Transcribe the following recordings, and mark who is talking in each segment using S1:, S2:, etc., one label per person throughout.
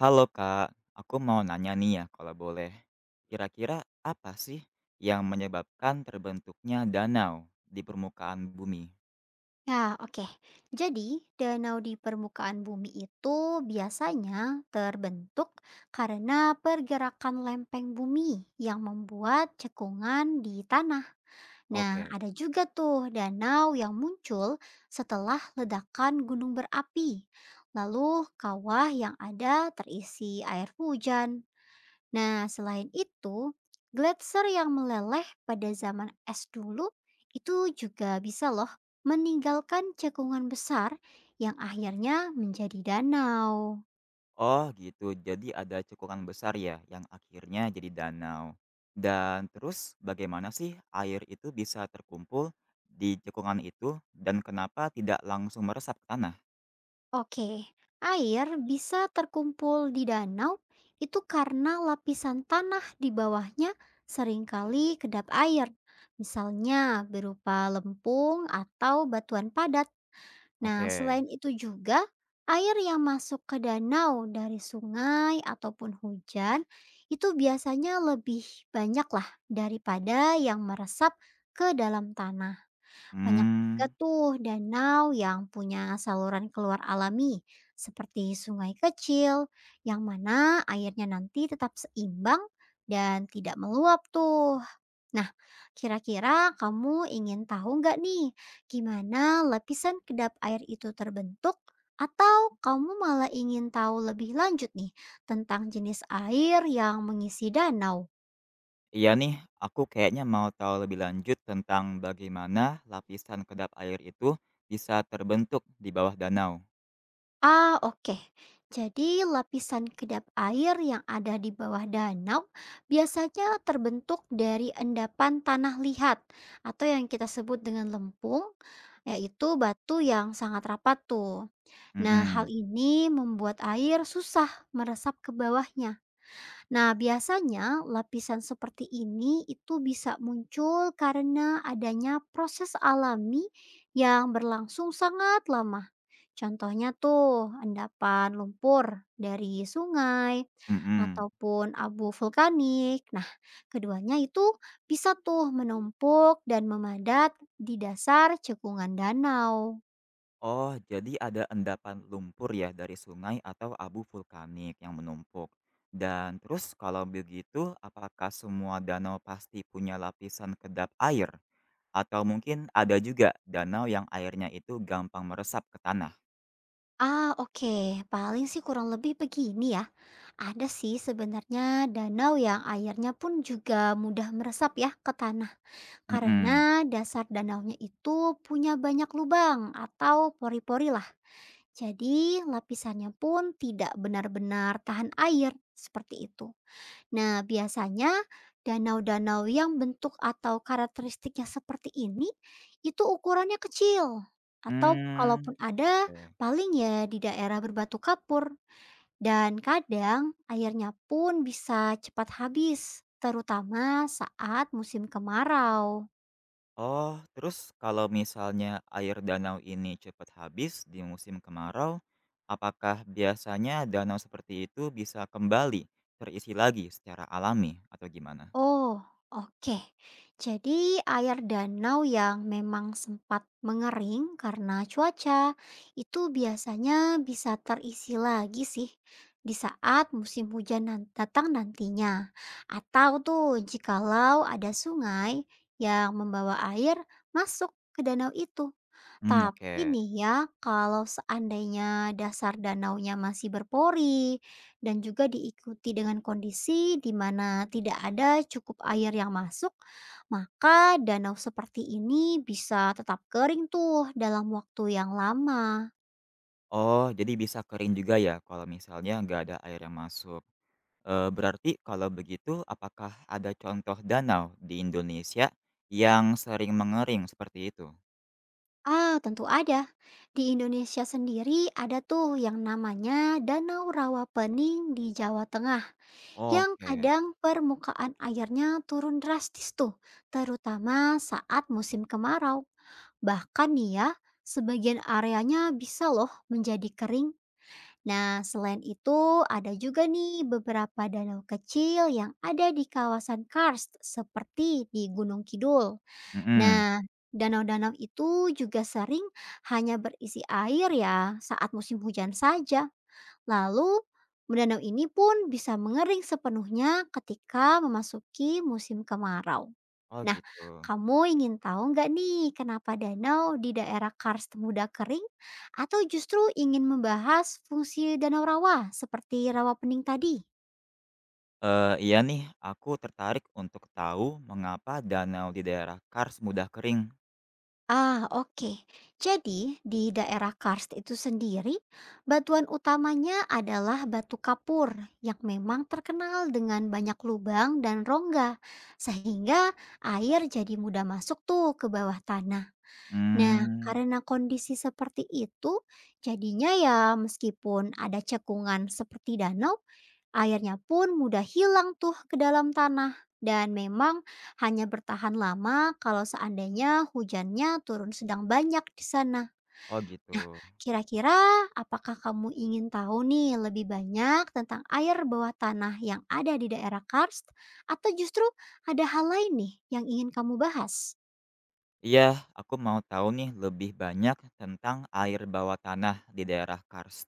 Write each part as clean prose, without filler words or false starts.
S1: Halo Kak, aku mau nanya nih ya kalau boleh. Kira-kira apa sih yang menyebabkan terbentuknya danau di permukaan bumi?
S2: Ya, oke. Jadi, danau di permukaan bumi itu biasanya terbentuk karena pergerakan lempeng bumi yang membuat cekungan di tanah. Nah,
S1: Oke.
S2: ada juga tuh danau yang muncul setelah ledakan gunung berapi. Lalu, kawah yang ada terisi air hujan. Nah, selain itu, gletser yang meleleh pada zaman es dulu itu juga bisa loh meninggalkan cekungan besar yang akhirnya menjadi danau.
S1: Oh gitu, jadi ada cekungan besar ya yang akhirnya jadi danau. Dan terus bagaimana sih air itu bisa terkumpul di cekungan itu dan kenapa tidak langsung meresap ke tanah?
S2: Oke, air bisa terkumpul di danau itu karena lapisan tanah di bawahnya seringkali kedap air, misalnya berupa lempung atau batuan padat. Nah,
S1: Oke.
S2: selain itu juga, air yang masuk ke danau dari sungai ataupun hujan itu biasanya lebih banyak lah daripada yang meresap ke dalam tanah. Banyak juga
S1: Hmm.
S2: tuh danau yang punya saluran keluar alami seperti sungai kecil yang mana airnya nanti tetap seimbang dan tidak meluap tuh. Nah, kira-kira kamu ingin tahu nggak nih gimana lapisan kedap air itu terbentuk? Atau kamu malah ingin tahu lebih lanjut nih tentang jenis air yang mengisi danau?
S1: Iya nih, aku kayaknya mau tahu lebih lanjut tentang bagaimana lapisan kedap air itu bisa terbentuk di bawah danau.
S2: Ah, oke. Jadi lapisan kedap air yang ada di bawah danau biasanya terbentuk dari endapan tanah liat atau yang kita sebut dengan lempung, yaitu batu yang sangat rapat tuh. Nah, hal
S1: Mhm,
S2: ini membuat air susah meresap ke bawahnya. Nah, biasanya lapisan seperti ini itu bisa muncul karena adanya proses alami yang berlangsung sangat lama. Contohnya tuh endapan lumpur dari sungai
S1: mhm.
S2: ataupun abu vulkanik. Nah, keduanya itu bisa tuh menumpuk dan memadat di dasar cekungan danau.
S1: Oh, jadi ada endapan lumpur ya dari sungai atau abu vulkanik yang menumpuk. Dan terus kalau begitu, apakah semua danau pasti punya lapisan kedap air? Atau mungkin ada juga danau yang airnya itu gampang meresap ke tanah?
S2: Ah, oke. Paling sih kurang lebih begini ya. Ada sih sebenarnya danau yang airnya pun juga mudah meresap ya ke tanah.
S1: Mhm.
S2: Karena dasar danaunya itu punya banyak lubang atau pori-pori lah. Jadi lapisannya pun tidak benar-benar tahan air seperti itu. Nah, biasanya danau-danau yang bentuk atau karakteristiknya seperti ini itu ukurannya kecil atau
S1: Hmm,
S2: kalaupun ada
S1: oke.
S2: paling ya di daerah berbatu kapur, dan kadang airnya pun bisa cepat habis terutama saat musim kemarau.
S1: Oh, terus kalau misalnya air danau ini cepat habis di musim kemarau, apakah biasanya danau seperti itu bisa kembali terisi lagi secara alami atau gimana?
S2: Oh, oke. Jadi, air danau yang memang sempat mengering karena cuaca itu biasanya bisa terisi lagi sih di saat musim hujan datang nantinya. Atau tuh jikalau ada sungai yang membawa air masuk ke danau itu.
S1: Hmm,
S2: Tapi
S1: oke.
S2: nih ya, kalau seandainya dasar danaunya masih berpori dan juga diikuti dengan kondisi di mana tidak ada cukup air yang masuk, maka danau seperti ini bisa tetap kering tuh dalam waktu yang lama.
S1: Oh, jadi bisa kering juga ya kalau misalnya nggak ada air yang masuk. Eh, berarti kalau begitu, apakah ada contoh danau di Indonesia yang sering mengering seperti itu?
S2: Ah, tentu ada. Di Indonesia sendiri ada tuh yang namanya Danau Rawa Pening di Jawa Tengah, yang
S1: Oke.
S2: kadang permukaan airnya turun drastis tuh, terutama saat musim kemarau. Bahkan nih ya, sebagian areanya bisa loh menjadi kering. Nah, selain itu ada juga nih beberapa danau kecil yang ada di kawasan karst seperti di Gunung Kidul.
S1: Mm-mm.
S2: Nah, danau-danau itu juga sering hanya berisi air ya saat musim hujan saja. Lalu, mendanau ini pun bisa mengering sepenuhnya ketika memasuki musim kemarau.
S1: Oh,
S2: Nah,
S1: gitu.
S2: kamu ingin tahu nggak nih kenapa danau di daerah karst mudah kering? Atau justru ingin membahas fungsi danau rawa seperti rawa pening tadi?
S1: Iya nih, aku tertarik untuk tahu mengapa danau di daerah Kars mudah kering.
S2: Ah, oke. Jadi, di daerah karst itu sendiri, batuan utamanya adalah batu kapur yang memang terkenal dengan banyak lubang dan rongga, sehingga air jadi mudah masuk tuh ke bawah tanah. Nah,
S1: Hmm,
S2: karena kondisi seperti itu, jadinya ya meskipun ada cekungan seperti danau, airnya pun mudah hilang tuh ke dalam tanah dan memang hanya bertahan lama kalau seandainya hujannya turun sedang banyak di sana.
S1: oh
S2: Nah,
S1: gitu.
S2: kira-kira apakah kamu ingin tahu nih lebih banyak tentang air bawah tanah yang ada di daerah karst, atau justru ada hal lain nih yang ingin kamu bahas?
S1: Iya, aku mau tahu nih lebih banyak tentang air bawah tanah di daerah Kars.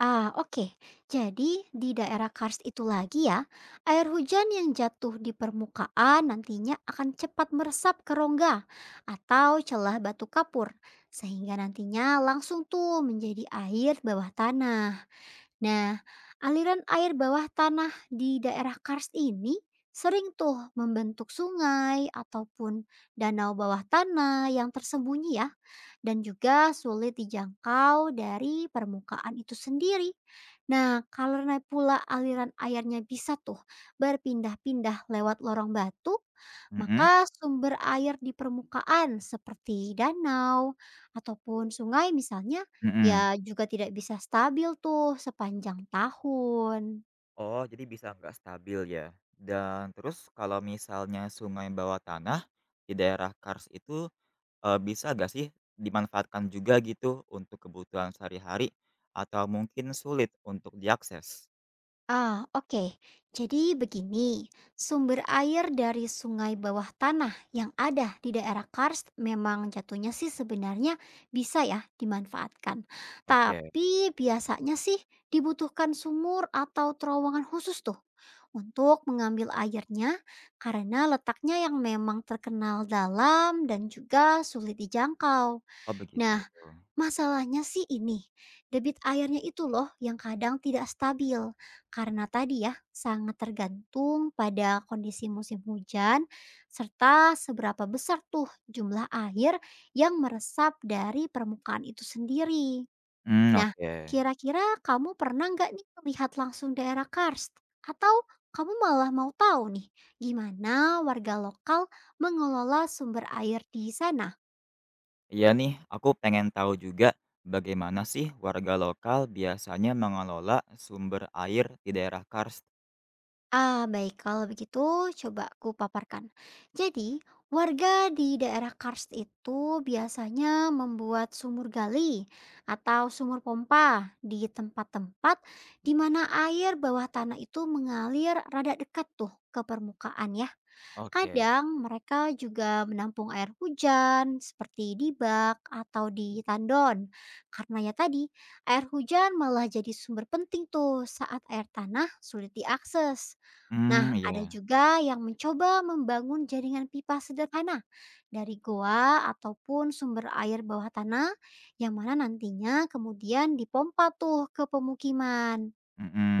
S2: Ah, oke. Jadi di daerah karst itu lagi ya, air hujan yang jatuh di permukaan nantinya akan cepat meresap ke rongga atau celah batu kapur, sehingga nantinya langsung tuh menjadi air bawah tanah. Nah, aliran air bawah tanah di daerah karst ini sering tuh membentuk sungai ataupun danau bawah tanah yang tersembunyi ya dan juga sulit dijangkau dari permukaan itu sendiri. Nah, karena pula aliran airnya bisa tuh berpindah-pindah lewat lorong batu,
S1: Mhm,
S2: maka sumber air di permukaan seperti danau ataupun sungai misalnya
S1: mhm.
S2: ya juga tidak bisa stabil tuh sepanjang tahun.
S1: Oh, jadi bisa nggak stabil ya? Dan terus kalau misalnya sungai bawah tanah di daerah Kars itu, bisa nggak sih dimanfaatkan juga gitu untuk kebutuhan sehari-hari atau mungkin sulit untuk diakses?
S2: Ah, oke. Jadi begini, sumber air dari sungai bawah tanah yang ada di daerah karst memang jatuhnya sih sebenarnya bisa ya dimanfaatkan.
S1: Oke.
S2: Tapi biasanya sih dibutuhkan sumur atau terowongan khusus tuh untuk mengambil airnya karena letaknya yang memang terkenal dalam dan juga sulit dijangkau.
S1: Oh begitu.
S2: Nah, masalahnya sih ini, debit airnya itu loh yang kadang tidak stabil. Karena tadi ya, sangat tergantung pada kondisi musim hujan serta seberapa besar tuh jumlah air yang meresap dari permukaan itu sendiri.
S1: Hmm,
S2: Nah,
S1: oke.
S2: kira-kira kamu pernah nggak nih melihat langsung daerah karst? Atau kamu malah mau tahu nih gimana warga lokal mengelola sumber air di sana?
S1: Iya nih, aku pengen tahu juga bagaimana sih warga lokal biasanya mengelola sumber air di daerah karst?
S2: Ah, baik. Kalau begitu, coba kupaparkan. Jadi, warga di daerah karst itu biasanya membuat sumur gali atau sumur pompa di tempat-tempat di mana air bawah tanah itu mengalir rada dekat tuh ke permukaan ya.
S1: Oke.
S2: Kadang mereka juga menampung air hujan seperti di bak atau di tandon. Karena ya tadi, air hujan malah jadi sumber penting tuh saat air tanah sulit diakses.
S1: Hmm,
S2: Nah, ada
S1: iya.
S2: juga yang mencoba membangun jaringan pipa sederhana dari goa ataupun sumber air bawah tanah yang mana nantinya kemudian dipompa tuh ke pemukiman.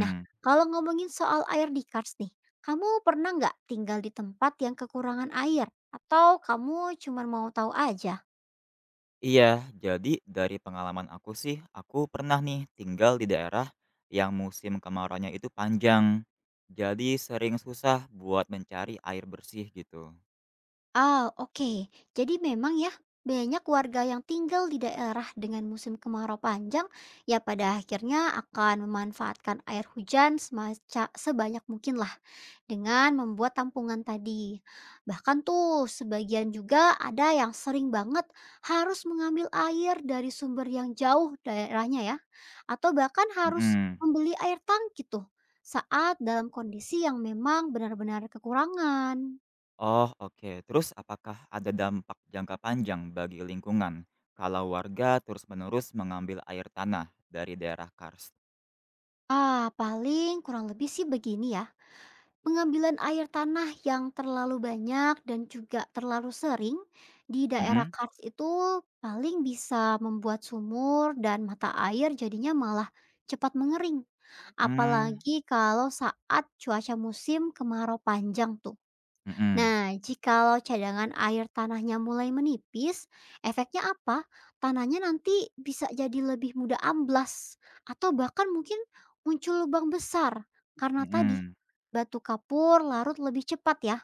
S2: Nah, kalau ngomongin soal air di Kars nih, kamu pernah nggak tinggal di tempat yang kekurangan air? Atau kamu cuma mau tahu aja?
S1: Iya, jadi dari pengalaman aku sih, aku pernah nih tinggal di daerah yang musim kemarauannya itu panjang. Jadi sering susah buat mencari air bersih gitu.
S2: Ah, oke. Jadi memang ya, banyak warga yang tinggal di daerah dengan musim kemarau panjang, ya pada akhirnya akan memanfaatkan air hujan sebanyak mungkin lah dengan membuat tampungan tadi. Bahkan tuh sebagian juga ada yang sering banget harus mengambil air dari sumber yang jauh daerahnya ya, atau bahkan harus
S1: Mhm.
S2: membeli air tangki tuh saat dalam kondisi yang memang benar-benar kekurangan.
S1: Oh, oke. Terus apakah ada dampak jangka panjang bagi lingkungan kalau warga terus-menerus mengambil air tanah dari daerah karst?
S2: Ah, paling kurang lebih sih begini ya. Pengambilan air tanah yang terlalu banyak dan juga terlalu sering di daerah
S1: Mhm,
S2: Kars itu paling bisa membuat sumur dan mata air jadinya malah cepat mengering.
S1: mmm,
S2: Apalagi kalau saat cuaca musim kemarau panjang tuh.
S1: mhm,
S2: Nah, jikalau cadangan air tanahnya mulai menipis, efeknya apa? Tanahnya nanti bisa jadi lebih mudah amblas atau bahkan mungkin muncul lubang besar karena tadi
S1: mhm.
S2: batu kapur larut lebih cepat ya.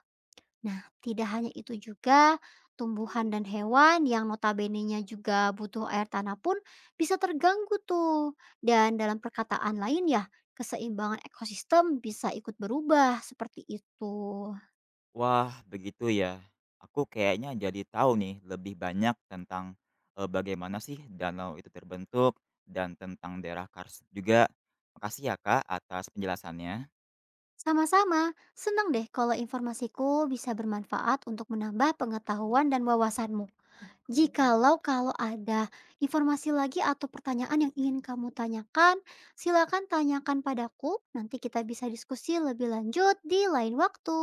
S2: Nah, tidak hanya itu juga, tumbuhan dan hewan yang notabenenya juga butuh air tanah pun bisa terganggu tuh. Dan dalam perkataan lain ya, keseimbangan ekosistem bisa ikut berubah seperti itu.
S1: Wah, begitu ya. Aku kayaknya jadi tahu nih lebih banyak tentang, bagaimana sih danau itu terbentuk dan tentang daerah karst juga. Makasih ya, Kak, atas penjelasannya.
S2: Sama-sama, senang deh kalau informasiku bisa bermanfaat untuk menambah pengetahuan dan wawasanmu. Jikalau kalau ada informasi lagi atau pertanyaan yang ingin kamu tanyakan, silakan tanyakan padaku. Nanti kita bisa diskusi lebih lanjut di lain waktu.